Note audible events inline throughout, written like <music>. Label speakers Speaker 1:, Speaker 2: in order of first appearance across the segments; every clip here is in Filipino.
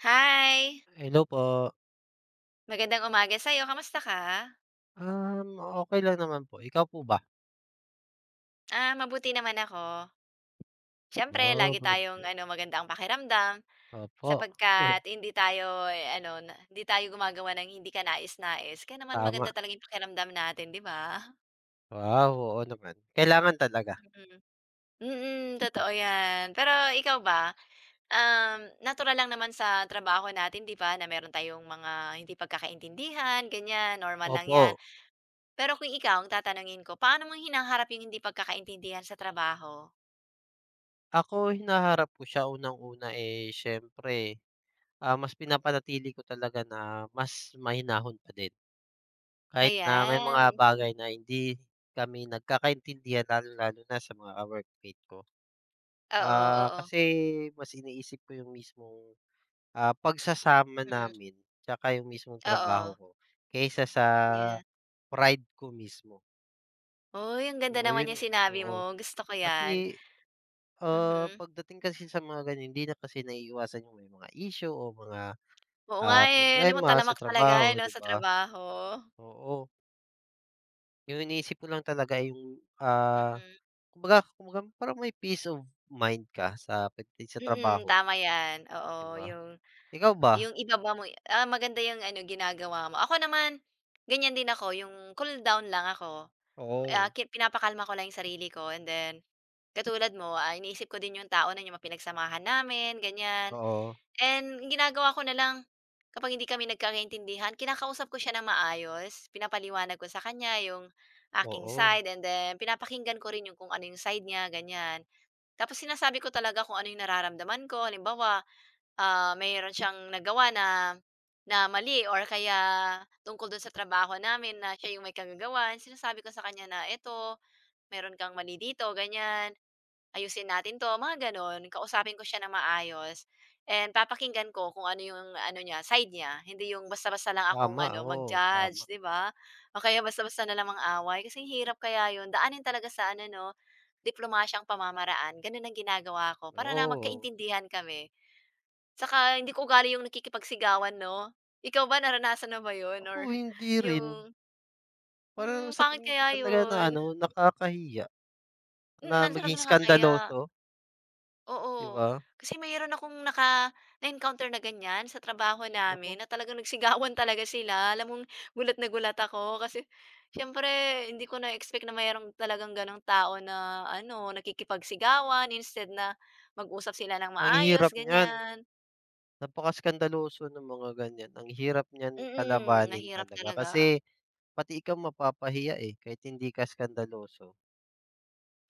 Speaker 1: Hi!
Speaker 2: Hello po.
Speaker 1: Magandang umaga sa'yo, kamusta ka?
Speaker 2: Um, okay lang naman po, ikaw po ba?
Speaker 1: Ah, mabuti naman ako. Siyempre
Speaker 2: Wow,
Speaker 1: lagi
Speaker 2: good,
Speaker 1: tayong
Speaker 2: good.
Speaker 1: ano, maganda ang pakiramdam
Speaker 2: Opo. Hmm,
Speaker 1: sapagkat hindi tayo, eh, ano na hindi tayo gumagawa ng hindi kanais-nais kaya naman
Speaker 2: tama.
Speaker 1: maganda talaga yung pakiramdam natin, 'di ba?
Speaker 2: Wow, oo naman. Kailangan talaga.
Speaker 1: Mm. Mm,
Speaker 2: Op
Speaker 1: totoo 'yan. Pero ikaw ba, um, natural lang naman sa trabaho natin, 'di ba, na meron tayong mga hindi pagkakaintindihan, ganyan, normal lang 'yan.
Speaker 2: Opo.
Speaker 1: Pero kung ikaw, ang tatanungin ko, paano mo hinaharap yung hindi pagkakaintindihan sa trabaho?
Speaker 2: Ako hinaharap ko siya unang-una, eh, siyempre, mas pinapanatili ko talaga na mas mahinahon pa din. Kahit na may mga
Speaker 1: Ayan,
Speaker 2: bagay na hindi kami nagkakaintindihan lalong-lalo na sa mga workmate ko.
Speaker 1: oo,
Speaker 2: Ah,
Speaker 1: oo,
Speaker 2: kasi mas iniisip ko yung mismong pagsasama
Speaker 1: mm,
Speaker 2: namin tsaka yung mismong trabaho
Speaker 1: oo,
Speaker 2: ko kaysa sa
Speaker 1: ayan.
Speaker 2: pride ko mismo.
Speaker 1: Uy, ang ganda
Speaker 2: Oo,
Speaker 1: naman
Speaker 2: yun,
Speaker 1: niyang sinabi
Speaker 2: oo.
Speaker 1: mo, gusto ko 'yan,
Speaker 2: Kasi,
Speaker 1: mhm.
Speaker 2: pagdating kasi sa mga ganyan hindi na kasi naiiwasan yung may mga issue o mga,
Speaker 1: Oo nga, eh, alam mo
Speaker 2: problema sa
Speaker 1: talamak talaga, eh,
Speaker 2: trabaho,
Speaker 1: 'no,
Speaker 2: 'di
Speaker 1: sa
Speaker 2: ba?
Speaker 1: trabaho,
Speaker 2: Oo, yung iniisip ko lang talaga ay yung,
Speaker 1: mhm.
Speaker 2: kumbaga kumbaga parang may peace of mind ka sa pagdating sa
Speaker 1: Mm,
Speaker 2: trabaho,
Speaker 1: tama 'yan,
Speaker 2: 'di
Speaker 1: oo,
Speaker 2: ba?
Speaker 1: yung
Speaker 2: Ikaw ba?
Speaker 1: yung ibaba mo, ah, maganda yung ano, ginagawa mo. Ako naman, ganyan din ako, yung cool down lang ako, ah,
Speaker 2: Oo,
Speaker 1: ki pinapakalma ko lang yung sarili ko, and then, katulad mo, ah, iniisip ko din yung tao na yung mapinagsamahan namin, ganyan.
Speaker 2: oo,
Speaker 1: And ang ginagawa ko na lang, kapag hindi kami nagkakaintindihan, kinakausap ko siya ng maayos, pinapaliwanag ko sa kanya yung aking
Speaker 2: oo.
Speaker 1: side, and then pinapakinggan ko rin yung kung ano yung side niya, ganyan. Tapos sinasabi ko talaga kung ano yung nararamdaman ko. Halimbawa, ah, mayroon siyang nagawa na na mali or kaya tungkol dun sa trabaho namin na siya yung may kagagawan, sinasabi ko sa kanya na eto, meron kang mali dito, ganyan, ayusin natin 'to, mga gano'n. Kausapin ko siya ng maayos and papakinggan ko kung ano yung ano niya, side niya. Hindi yung basta-basta lang akong
Speaker 2: Tama,
Speaker 1: ano,
Speaker 2: oo, tama,
Speaker 1: mag-judge, 'di ba? O kaya basta-basta na lang mang-away kasi hirap kaya yun. Daanin talaga sa ano 'no, diplomasyang pamamaraan. Gano'n ang ginagawa ko para na
Speaker 2: oo.
Speaker 1: magkaintindihan kami. Tsaka hindi ko ugali yung nakikipagsigawan 'no? Ikaw ba, naranasan mo ba yun
Speaker 2: Ako
Speaker 1: or <laughs>
Speaker 2: hindi rin.
Speaker 1: yung,
Speaker 2: Parang
Speaker 1: "Hmm,
Speaker 2: sa
Speaker 1: pangit
Speaker 2: tingin ko
Speaker 1: kaya
Speaker 2: talaga na
Speaker 1: yun?"
Speaker 2: ano, nakakahiya
Speaker 1: Mm,
Speaker 2: na
Speaker 1: na
Speaker 2: maging
Speaker 1: talagang nakakahiya.
Speaker 2: skandaloso, 'di
Speaker 1: Oo,
Speaker 2: ba?
Speaker 1: kasi mayroon akong naka na-encounter na ganyan sa trabaho namin
Speaker 2: Naku,
Speaker 1: na talagang nagsigawan talaga sila. Alam mong gulat na gulat ako kasi siyempre hindi ko na-expect na mayroon talagang gano'ng tao na ano, nakikipagsigawan instead na mag-usap sila ng
Speaker 2: ang
Speaker 1: maayos,
Speaker 2: hirap niyan.
Speaker 1: ganyan.
Speaker 2: Napakaskandaloso ng mga ganyan. Ang hirap niyan
Speaker 1: Mm,
Speaker 2: kalabanin
Speaker 1: mahirap
Speaker 2: talaga
Speaker 1: talaga.
Speaker 2: kasi pati ikaw mapapahiya, eh, kahit hindi ka iskandaloso,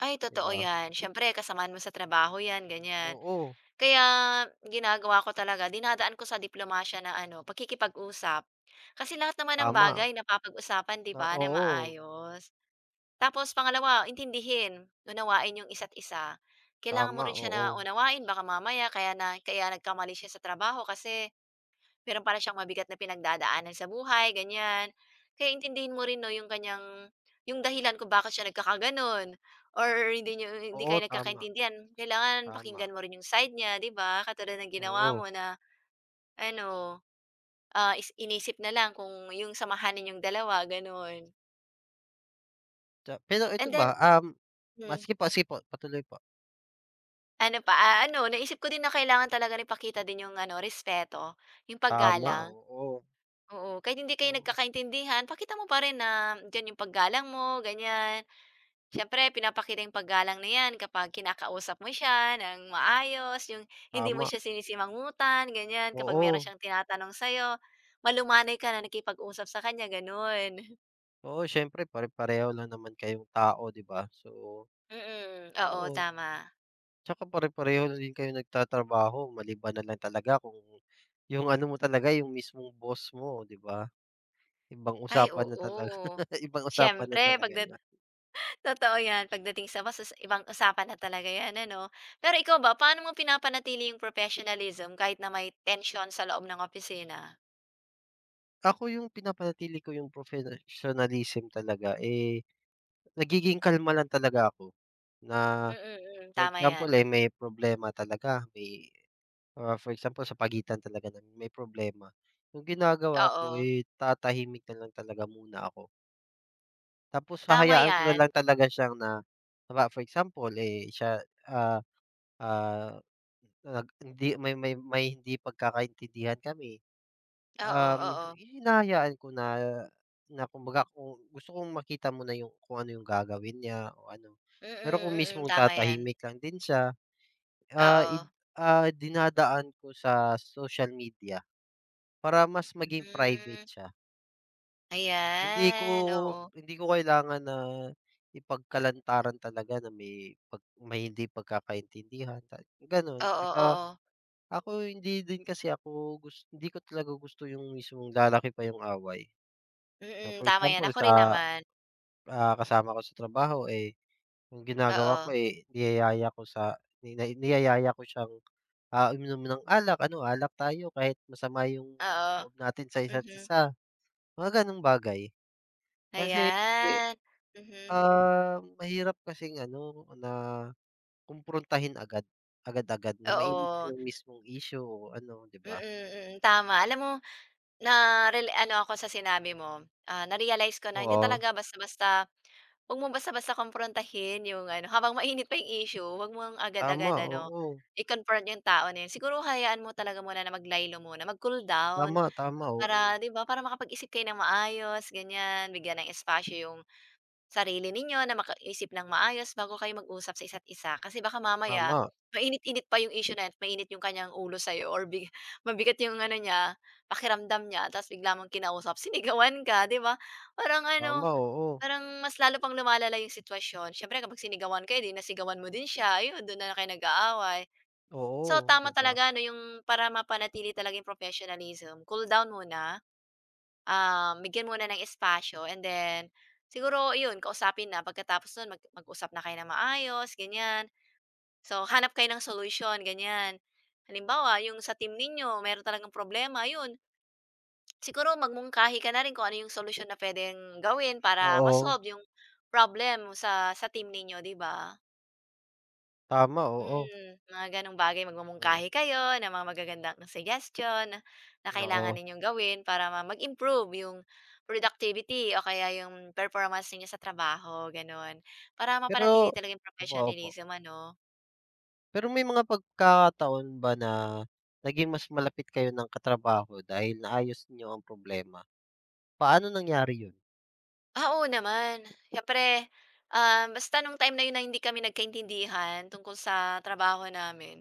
Speaker 1: Ay,
Speaker 2: 'di
Speaker 1: totoo
Speaker 2: ba?
Speaker 1: yan. Siyempre kasamaan mo sa trabaho yan, ganyan.
Speaker 2: Oo,
Speaker 1: Kaya ginagawa ko talaga, dinadaan ko sa diplomasya na ano, pakikipag-usap. Kasi lahat naman ng
Speaker 2: tama.
Speaker 1: bagay napapag-usapan 'di
Speaker 2: Na
Speaker 1: ba na
Speaker 2: oo,
Speaker 1: maayos. Tapos pangalawa, intindihin, unawain yung isa't isa. Kailangan mo
Speaker 2: tama,
Speaker 1: rin siya na
Speaker 2: oo.
Speaker 1: unawain baka mamaya kaya na kaya nagkamali siya sa trabaho kasi meron para siyang mabigat na pinagdadaanan sa buhay, ganyan. Kaya intindihin mo rin 'no yung kanyang yung dahilan kung bakit siya nagkakagano'n or hindi
Speaker 2: Oo,
Speaker 1: kayo
Speaker 2: tama,
Speaker 1: nagkakaintindihan. Kailangan
Speaker 2: tama,
Speaker 1: pakinggan mo rin yung side niya, 'di ba? Katulad ng ginawa
Speaker 2: oo.
Speaker 1: mo na ano, ah, is inisip na lang kung yung samahan yung dalawa, gano'n.
Speaker 2: Pero ito
Speaker 1: And
Speaker 2: ba?
Speaker 1: then
Speaker 2: um,
Speaker 1: hmm,
Speaker 2: ah, sige po, sige po, patuloy po.
Speaker 1: ano pa, ah, ano naisip ko din na kailangan talaga rin ipakita din yung ano, respeto, yung
Speaker 2: Tama,
Speaker 1: paggalang.
Speaker 2: oo,
Speaker 1: Oo, kahit hindi kayo
Speaker 2: oo,
Speaker 1: nagkakaintindihan pakita mo pa rin na diyan yung paggalang mo, ganyan. Siyempre pinapakita yung paggalang na yan kapag kinakausap mo siya ng maayos, yung hindi mo
Speaker 2: tama.
Speaker 1: siya sinisimangutan, ganyan. Kapag meron
Speaker 2: Oo,
Speaker 1: siyang tinatanong sa'yo, malumanay ka na nakipag-usap sa kanya, gano'n.
Speaker 2: oo, siyempre pare-pareho lang naman kayong tao, 'di ba? So,
Speaker 1: Mm, <laughs> oo,
Speaker 2: oo,
Speaker 1: tama.
Speaker 2: tsaka pare-pareho na din kayong nagtatrabaho maliban na lang talaga kung yung ano mo talaga yung mismong boss mo, 'di ba? Ibang
Speaker 1: Ay,
Speaker 2: usapan na talaga,
Speaker 1: oo.
Speaker 2: <laughs> ibang usapan na
Speaker 1: Siyempre
Speaker 2: talaga
Speaker 1: pagda,
Speaker 2: yun.
Speaker 1: totoo 'yan pagdating sa masus, ibang usapan na talaga 'yan ano. Pero ikaw ba, paano mo pinapanatili yung professionalism kahit na may tension sa loob ng opisina?
Speaker 2: Ako yung pinapanatili ko yung professionalism talaga, eh, nagiging kalma lang talaga ako na
Speaker 1: Mm, mm,
Speaker 2: for
Speaker 1: tama
Speaker 2: example,
Speaker 1: 'yan.
Speaker 2: eh, may problema talaga, may for example sa pagitan talaga namin may problema, yung ginagawa ko,
Speaker 1: Oo,
Speaker 2: eh, tatahimik na lang talaga muna ako. Tapos
Speaker 1: tama
Speaker 2: hahayaan ko na
Speaker 1: 'yan.
Speaker 2: lang talaga siyang na halimbawa for example, eh, siya, ah, ah, hindi may hindi pagkakaintindihan kami,
Speaker 1: Oo, oo.
Speaker 2: hinahayaan ko na na kumbaga kung gusto kong makita mo na yung kung ano yung gagawin niya o ano.
Speaker 1: Mm,
Speaker 2: Pero kung
Speaker 1: mm,
Speaker 2: mismong
Speaker 1: tama 'yan.
Speaker 2: tatahimik lang din siya, ah, id
Speaker 1: Oo.
Speaker 2: dinadaan ko sa social media. Para mas maging private
Speaker 1: Hmm,
Speaker 2: siya. Hindi ko
Speaker 1: ayan, oo.
Speaker 2: hindi ko kailangan na ipagkalantaran talaga na may may hindi pagkakaintindihan gano'n.
Speaker 1: Oo,
Speaker 2: Tsaka
Speaker 1: oo.
Speaker 2: ako hindi din kasi ako hindi ko talaga gusto yung mismong lalaki pa yung away. Na
Speaker 1: Mm,
Speaker 2: for
Speaker 1: tama 'yan,
Speaker 2: example
Speaker 1: ako rin
Speaker 2: sa,
Speaker 1: naman.
Speaker 2: kasama ko sa trabaho, eh, yung ginagawa
Speaker 1: Oo,
Speaker 2: ko, eh, niyayaya ko sa ni na- niyayaya ko siyang, uminom ng alak, "Ano, alak tayo kahit masama yung
Speaker 1: oo.
Speaker 2: loob natin sa isa't
Speaker 1: Mhm,
Speaker 2: isa." Mga gano'ng bagay. Kasi,
Speaker 1: ayan. Mhm,
Speaker 2: mahirap kasing ano na kumprontahin agad, agad-agad na mainit pa
Speaker 1: oo.
Speaker 2: yung mismong issue o ano, 'di ba?
Speaker 1: Mm, mm, tama. Alam mo, na-rela ano ako sa sinabi mo, ah, na-realize ko na hindi
Speaker 2: Oo,
Speaker 1: talaga basta-basta, huwag mong basta-basta kumprontahin yung ano, habang mainit pa yung issue, huwag mong agad-agad ano,
Speaker 2: oo,
Speaker 1: i-confront yung tao na yun. Siguro hayaan mo talaga muna na maglaylo muna, mag-cool down
Speaker 2: tama, tama, oo,
Speaker 1: para 'di ba, para makapag-isip kayo ng maayos, ganyan. Bigyan ng espasyo yung sarili ninyo na makaisip ng maayos bago kayo mag-usap sa isa't isa. Kasi baka mamaya,
Speaker 2: tama,
Speaker 1: mainit-init pa yung issue na 'yan at mainit yung kanyang ulo sa'yo or big, <laughs> mabigat yung ano niya, pakiramdam niya, tapos bigla mong kinausap, sinigawan ka, di ba? Parang
Speaker 2: tama,
Speaker 1: ano,
Speaker 2: oo,
Speaker 1: parang mas lalo pang lumalala yung sitwasyon. Siyempre, kapag sinigawan ka, eh, di nasigawan mo din siya, yun, doon na kayo nag-aaway. So,
Speaker 2: oo, 'di
Speaker 1: tama
Speaker 2: ba?
Speaker 1: talaga ano yung para mapanatili talaga yung professionalism, cool down muna, bigyan muna ng espasyo and then siguro yun kausapin na, pagkatapos nun mag-usap na kayo na maayos ganyan. So, hanap kayo ng solution ganyan. Halimbawa yung sa team ninyo meron talagang problema yun, siguro magmungkahi ka na rin kung ano yung solution na pwedeng gawin para
Speaker 2: Oo,
Speaker 1: masolve yung problem sa team ninyo, 'di ba?
Speaker 2: tama, oo,
Speaker 1: Mm, mga gano'ng bagay
Speaker 2: oo,
Speaker 1: magmumungkahi kayo ng mga magagandang suggestion na kailangan
Speaker 2: oo.
Speaker 1: ninyong gawin para ma mag-improve yung productivity o kaya yung performance ninyo sa trabaho, gano'n. Para mapanatili
Speaker 2: Pero
Speaker 1: talaga yung
Speaker 2: opo, opo.
Speaker 1: professionalism ano.
Speaker 2: Pero may mga pagkakataon ba na naging mas malapit kayo ng katrabaho dahil naayos niyo ang problema? Paano nangyari yun?
Speaker 1: Ah, oo naman. Siyempre, basta nung time na yun na hindi kami nagkaintindihan tungkol sa trabaho namin,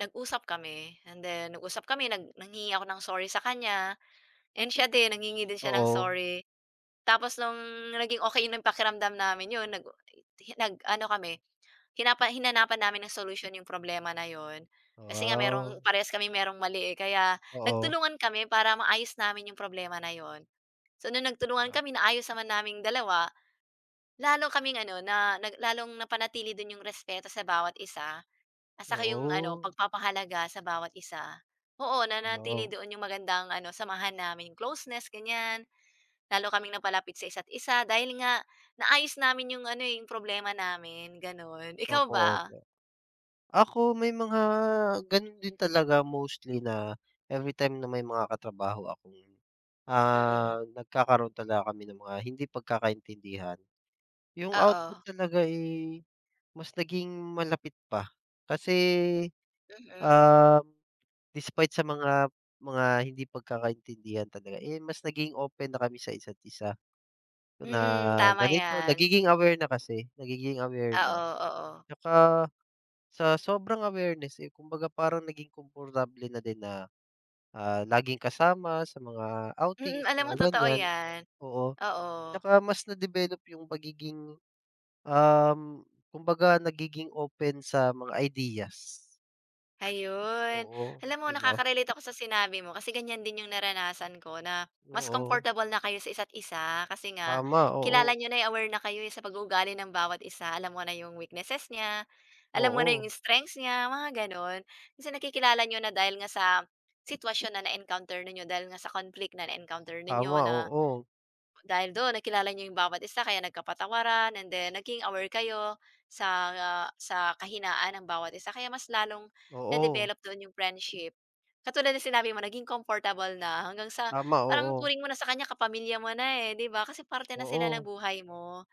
Speaker 1: nag-usap kami and then nag-usap kami nag nanghingi ako ng sorry sa kanya and siya din nanghingi din siya ng
Speaker 2: Oo.
Speaker 1: sorry. Tapos nung naging okey na yung pakiramdam namin yun nag-ano kami, hinanapan namin ng solusyon yung problema na yun. Kasi nga merong
Speaker 2: Wow,
Speaker 1: parehas kaming merong mali, eh, kaya
Speaker 2: oo.
Speaker 1: nagtulungan kami para maayos namin yung problema na yun. So nung nagtulungan
Speaker 2: Ah,
Speaker 1: kami naayos naman naming dalawa, lalo kaming ano na lalong napanatili dun yung respeto sa bawat isa at saka yung ano
Speaker 2: Oo,
Speaker 1: pagpapahalaga sa bawat isa. Oo, nanatili
Speaker 2: wow.
Speaker 1: doon yung magandang ano samahan namin, closeness, ganyan. Lalo kaming napalapit sa isa't isa dahil nga naayos namin yung ano, eh, yung problema namin, gano'n. Ikaw
Speaker 2: Opo,
Speaker 1: ba?
Speaker 2: opo. Ako may mga gano'n din talaga mostly na everytime na may mga katrabaho akong,
Speaker 1: Mm,
Speaker 2: nagkakaroon talaga kami ng mga hindi pagkakaintindihan, yung
Speaker 1: oo,
Speaker 2: output talaga, eh, mas naging malapit pa. Kasi,
Speaker 1: mm.
Speaker 2: um, despite sa mga hindi pagkakaintindihan talaga, eh, mas naging open na kami sa isa't isa.
Speaker 1: Mm,
Speaker 2: Na
Speaker 1: tama
Speaker 2: ganito,
Speaker 1: 'yan.
Speaker 2: nagiging aware na kasi, nagiging aware na.
Speaker 1: Oo, oo.
Speaker 2: Tsaka sa sobrang awareness, eh, kumbaga parang naging komportable na din na, laging kasama sa mga outing,
Speaker 1: Mm,
Speaker 2: sa
Speaker 1: alam mo
Speaker 2: mga
Speaker 1: totoo
Speaker 2: ganyan,
Speaker 1: 'yan,
Speaker 2: oo.
Speaker 1: oo.
Speaker 2: Tsaka mas na-develop yung pagiging, um, kumbaga nagiging open sa mga ideas,
Speaker 1: Ayun.
Speaker 2: oo,
Speaker 1: Alam mo
Speaker 2: 'di ba?
Speaker 1: nakaka-relate ako sa sinabi mo kasi ganyan din yung naranasan ko na mas
Speaker 2: Oo,
Speaker 1: comfortable na kayo sa isa't isa kasi nga
Speaker 2: tama, oo,
Speaker 1: kilala niyo na, eh, aware na kayo, eh, sa pag-uugali ng bawat isa. Alam mo na yung weaknesses niya, alam mo na yung
Speaker 2: oo,
Speaker 1: strengths niya, mga gano'n. Kasi nakikilala niyo na dahil nga sa sitwasyon na na-encounter ninyo, dahil nga sa conflict na na-encounter ninyo
Speaker 2: tama,
Speaker 1: na
Speaker 2: oo,
Speaker 1: dahil do'n nakilala niyo yung bawat isa kaya nagkapatawaran and then naging aware kayo sa, ah, sa kahinaan ng bawat isa kaya mas lalong
Speaker 2: oo,
Speaker 1: na-develop doon yung friendship. Katulad ng sinabi mo naging comfortable na hanggang sa
Speaker 2: tama,
Speaker 1: parang
Speaker 2: oo,
Speaker 1: turing mo na sa kanya kapamilya mo na, eh, 'di ba? Kasi parte na sila ng
Speaker 2: oo.
Speaker 1: buhay mo,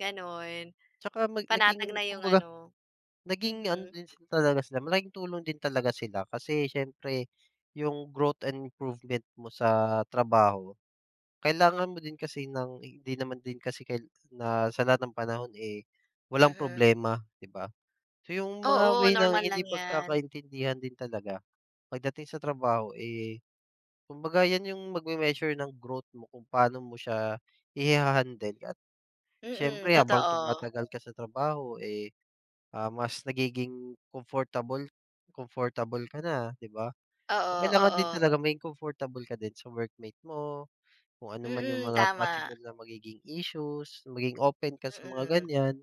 Speaker 1: gano'n.
Speaker 2: Tsaka
Speaker 1: Panatag
Speaker 2: naging
Speaker 1: na yung
Speaker 2: kumbaga
Speaker 1: ano,
Speaker 2: naging ano
Speaker 1: mhm,
Speaker 2: din sila talaga sila, malaking tulong din talaga sila kasi siyempre yung growth and improvement mo sa trabaho, kailangan mo din kasi ng hindi naman din kasi na sa lahat ng panahon, eh, walang
Speaker 1: mhm.
Speaker 2: problema, 'di ba? So yung mga
Speaker 1: Oo,
Speaker 2: way ng
Speaker 1: normal
Speaker 2: hindi
Speaker 1: lang 'yan.
Speaker 2: pagkakaintindihan din talaga pagdating sa trabaho, eh, kumbaga yan yung magme-measure ng growth mo kung paano mo siya iha-handle at
Speaker 1: Mm,
Speaker 2: siyempre habang
Speaker 1: totoo.
Speaker 2: tumatagal ka sa trabaho, eh, mas nagiging comfortable comfortable ka na, 'di ba? So,
Speaker 1: Oo,
Speaker 2: kailangan
Speaker 1: oo.
Speaker 2: din talaga maging comfortable ka din sa workmate mo, kung ano man yung
Speaker 1: Mm,
Speaker 2: mga
Speaker 1: tama.
Speaker 2: possible na magiging issues, maging open ka sa mga
Speaker 1: Mm,
Speaker 2: ganyan.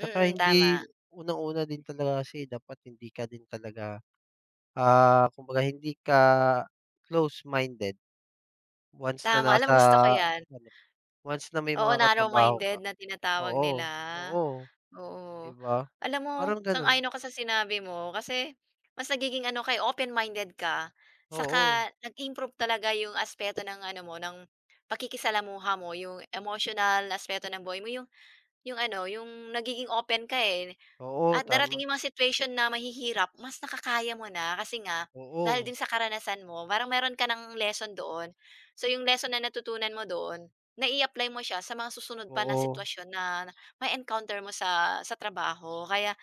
Speaker 2: Tsaka hindi
Speaker 1: tama.
Speaker 2: unang-una din talaga kasi dapat hindi ka din talaga, kumbaga hindi ka close-minded once na
Speaker 1: Tama, alam
Speaker 2: nasa
Speaker 1: mo gusto ko 'yan.
Speaker 2: ano, once na may
Speaker 1: Oo,
Speaker 2: mga katrabaho
Speaker 1: narrow-minded
Speaker 2: ka.
Speaker 1: na tinatawag nila,
Speaker 2: Oo, oo, 'di
Speaker 1: oo.
Speaker 2: ba?
Speaker 1: Alam mo,
Speaker 2: Parang ganun.
Speaker 1: sang-ayon ako sa sinabi mo kasi mas nagiging ano kay open-minded ka,
Speaker 2: Oo,
Speaker 1: saka nag-improve talaga yung aspeto ng ano mo, ng pakikisalamuha mo, yung emotional na aspeto ng buhay mo, yung ano, yung nagiging open ka, eh.
Speaker 2: oo,
Speaker 1: At darating
Speaker 2: tama.
Speaker 1: yung mga situation na mahihirap, mas nakakaya mo na kasi nga dahil
Speaker 2: Oo,
Speaker 1: din sa karanasan mo parang meron ka ng lesson doon. So, yung lesson na natutunan mo doon, nai-apply mo siya sa mga susunod pa na
Speaker 2: oo.
Speaker 1: sitwasyon na may encounter mo sa trabaho. Kaya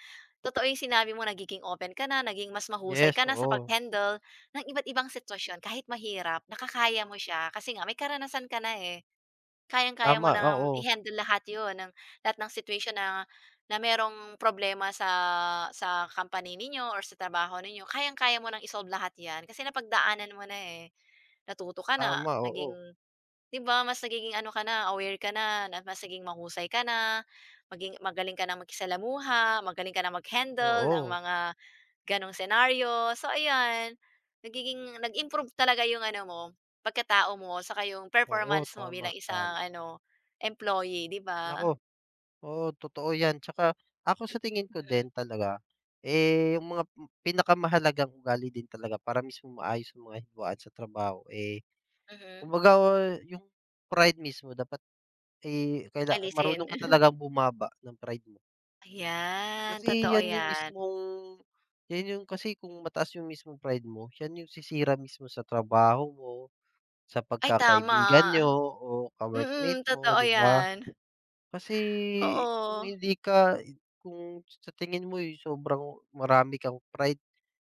Speaker 1: totoo yung sinabi mo, nagiging open ka na, naging mas mahusay
Speaker 2: Yes,
Speaker 1: ka na sa
Speaker 2: oo.
Speaker 1: pag-handle ng iba't ibang sitwasyon kahit mahirap, nakakaya mo siya kasi nga may karanasan ka na, eh. Kayang-kaya mo
Speaker 2: Tama,
Speaker 1: ng
Speaker 2: oo.
Speaker 1: i-handle lahat 'yun, ng lahat ng situation na na merong problema sa company ninyo or sa trabaho ninyo, kayang-kaya mo ng i-solve lahat 'yan kasi napagdaanan mo na, eh. Natuto ka na,
Speaker 2: Tama,
Speaker 1: naging
Speaker 2: oo.
Speaker 1: 'di ba, mas nagiging ano ka na, aware ka na, na mas naging mahusay ka na, maging magaling ka ng makisalamuha, magaling ka ng mag-handle ng
Speaker 2: Oo,
Speaker 1: mga gano'ng senaryo. So ayan, nagiging nag-improve talaga yung ano mo, pagkatao mo saka yung
Speaker 2: oo,
Speaker 1: performance mo
Speaker 2: tama,
Speaker 1: bilang
Speaker 2: tama.
Speaker 1: isang ano, employee, 'di ba?
Speaker 2: Naku, oo, totoo 'yan. Tsaka ako sa tingin ko
Speaker 1: Mhm,
Speaker 2: din talaga, eh, yung mga pinakamahalagang ugali din talaga para mismo maayos ang mga hidwaan sa trabaho, eh,
Speaker 1: mhm.
Speaker 2: kumbaga o, yung pride mismo dapat, eh,
Speaker 1: Alisin.
Speaker 2: marunong ka
Speaker 1: <laughs>
Speaker 2: talagang bumaba ng pride mo.
Speaker 1: Ayan,
Speaker 2: Kasi
Speaker 1: totoo
Speaker 2: yan yung
Speaker 1: 'yan.
Speaker 2: mismong yan yung kasi kung mataas yung mismong pride mo, yan yung sisira mismo sa trabaho mo, sa
Speaker 1: Ay tama.
Speaker 2: pagkakaibigan niyo o ka-workmate
Speaker 1: Mm,
Speaker 2: mo,
Speaker 1: totoo
Speaker 2: 'di ba?
Speaker 1: 'yan.
Speaker 2: Kasi kung
Speaker 1: Oo,
Speaker 2: hindi ka kung sa tingin mo, eh, sobrang marami kang pride,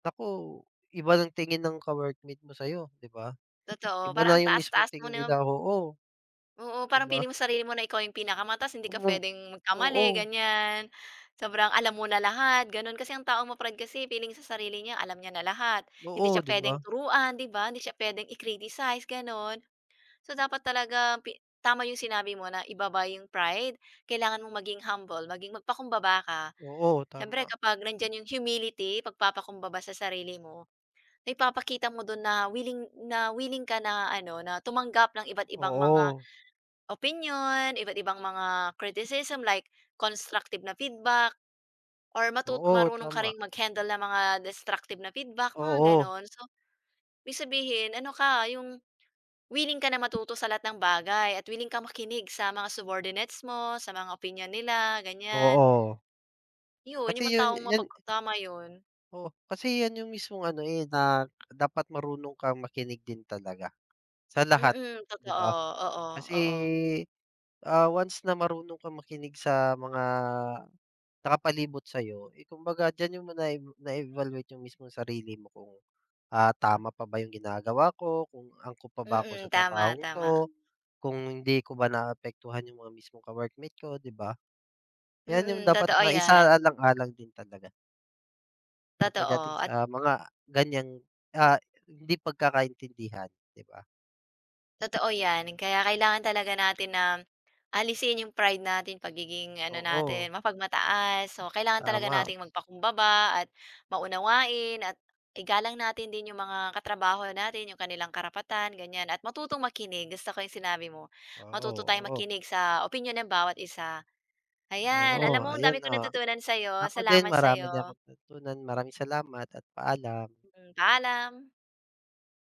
Speaker 2: naku, iba ng tingin ng ka-workmate mo sa'yo, 'di ba?
Speaker 1: totoo.
Speaker 2: Iba na
Speaker 1: Parang ang
Speaker 2: yung mismong
Speaker 1: taas-taas mo
Speaker 2: tingin
Speaker 1: na.
Speaker 2: nila, oo,
Speaker 1: Oo,
Speaker 2: 'di
Speaker 1: parang
Speaker 2: ba?
Speaker 1: pili mo sarili mo na ikaw yung pinakamataas, hindi ka
Speaker 2: Oo,
Speaker 1: puwedeng magkamali,
Speaker 2: oo,
Speaker 1: ganyan. Sobrang alam mo na lahat, gano'n. Kasi ang taong ma-proud kasi feeling sa sarili niya alam niya na lahat. Hindi
Speaker 2: oo,
Speaker 1: siya
Speaker 2: 'di ba?
Speaker 1: puwedeng turuan, 'di ba? Hindi siya puwedeng i-criticize, gano'n. So, dapat talaga pi tama yung sinabi mo na ibaba yung pride. Kailangan mong maging humble, maging magpakumbaba ka.
Speaker 2: Oo,
Speaker 1: Siyempre
Speaker 2: tama.
Speaker 1: kapag nandiyan yung humility, pagpapakumbaba sa sarili mo, naipapakita mo do'n na willing ka na ano, na tumanggap ng iba't ibang mga
Speaker 2: Oo,
Speaker 1: opinion, iba't ibang mga criticism like constructive na feedback or matu
Speaker 2: oo,
Speaker 1: marunong ka
Speaker 2: tama.
Speaker 1: ring mag-handle ng mga destructive na feedback, mga
Speaker 2: Oo.
Speaker 1: gano'n. So, ibig sabihin ano ka, yung willing ka na matuto sa lahat ng bagay at willing kang makinig sa mga subordinates mo, sa mga opinion nila, ganyan.
Speaker 2: Oo,
Speaker 1: Yun,
Speaker 2: kasi
Speaker 1: yung mga
Speaker 2: yun
Speaker 1: taong
Speaker 2: yan,
Speaker 1: mapagkatama yun.
Speaker 2: oo, kasi yan yung mismong ano, eh, na dapat marunong kang makinig din talaga sa lahat,
Speaker 1: Mm,
Speaker 2: 'di
Speaker 1: totoo.
Speaker 2: ba?
Speaker 1: Oo,
Speaker 2: Kasi,
Speaker 1: oo.
Speaker 2: once na marunong kang makinig sa mga nakapalibot sa'yo, eh, kumbaga diyan yung na-evaluate yung mismong sarili mo kung, tama pa ba yung ginagawa ko, kung angkop pa ba ako
Speaker 1: Mm,
Speaker 2: sa
Speaker 1: tama,
Speaker 2: trabahong
Speaker 1: tama.
Speaker 2: 'to, kung hindi ko ba naapektuhan yung mga mismong ka-workmate ko, 'di ba? Yan yung
Speaker 1: Mm,
Speaker 2: dapat
Speaker 1: totoo
Speaker 2: na
Speaker 1: yan.
Speaker 2: isaalang-alang din talaga. Na pagdating
Speaker 1: Totoo at
Speaker 2: sa mga ganiyang, ah, hindi pagkakaintindihan, 'di ba?
Speaker 1: totoo 'yan, kaya kailangan talaga natin na alisin yung pride natin, pagiging ano
Speaker 2: Oo,
Speaker 1: natin, mapagmataas. So, kailangan talaga
Speaker 2: tama.
Speaker 1: nating magpakumbaba at maunawain at igalang natin din yung mga katrabaho natin, yung kanilang karapatan, ganyan. At matutong makinig, gusto ko yung sinabi mo.
Speaker 2: Oo,
Speaker 1: Matuto tayong
Speaker 2: oo,
Speaker 1: makinig sa opinyon ng bawat isa. Ayan,
Speaker 2: oo,
Speaker 1: alam mo ang
Speaker 2: ayun,
Speaker 1: dami kong
Speaker 2: oh.
Speaker 1: natutunan sa'yo.
Speaker 2: Ako din
Speaker 1: Salamat
Speaker 2: marami din
Speaker 1: sa'yo.
Speaker 2: akong natutunan. Maraming salamat at paalam.
Speaker 1: Mm, paalam.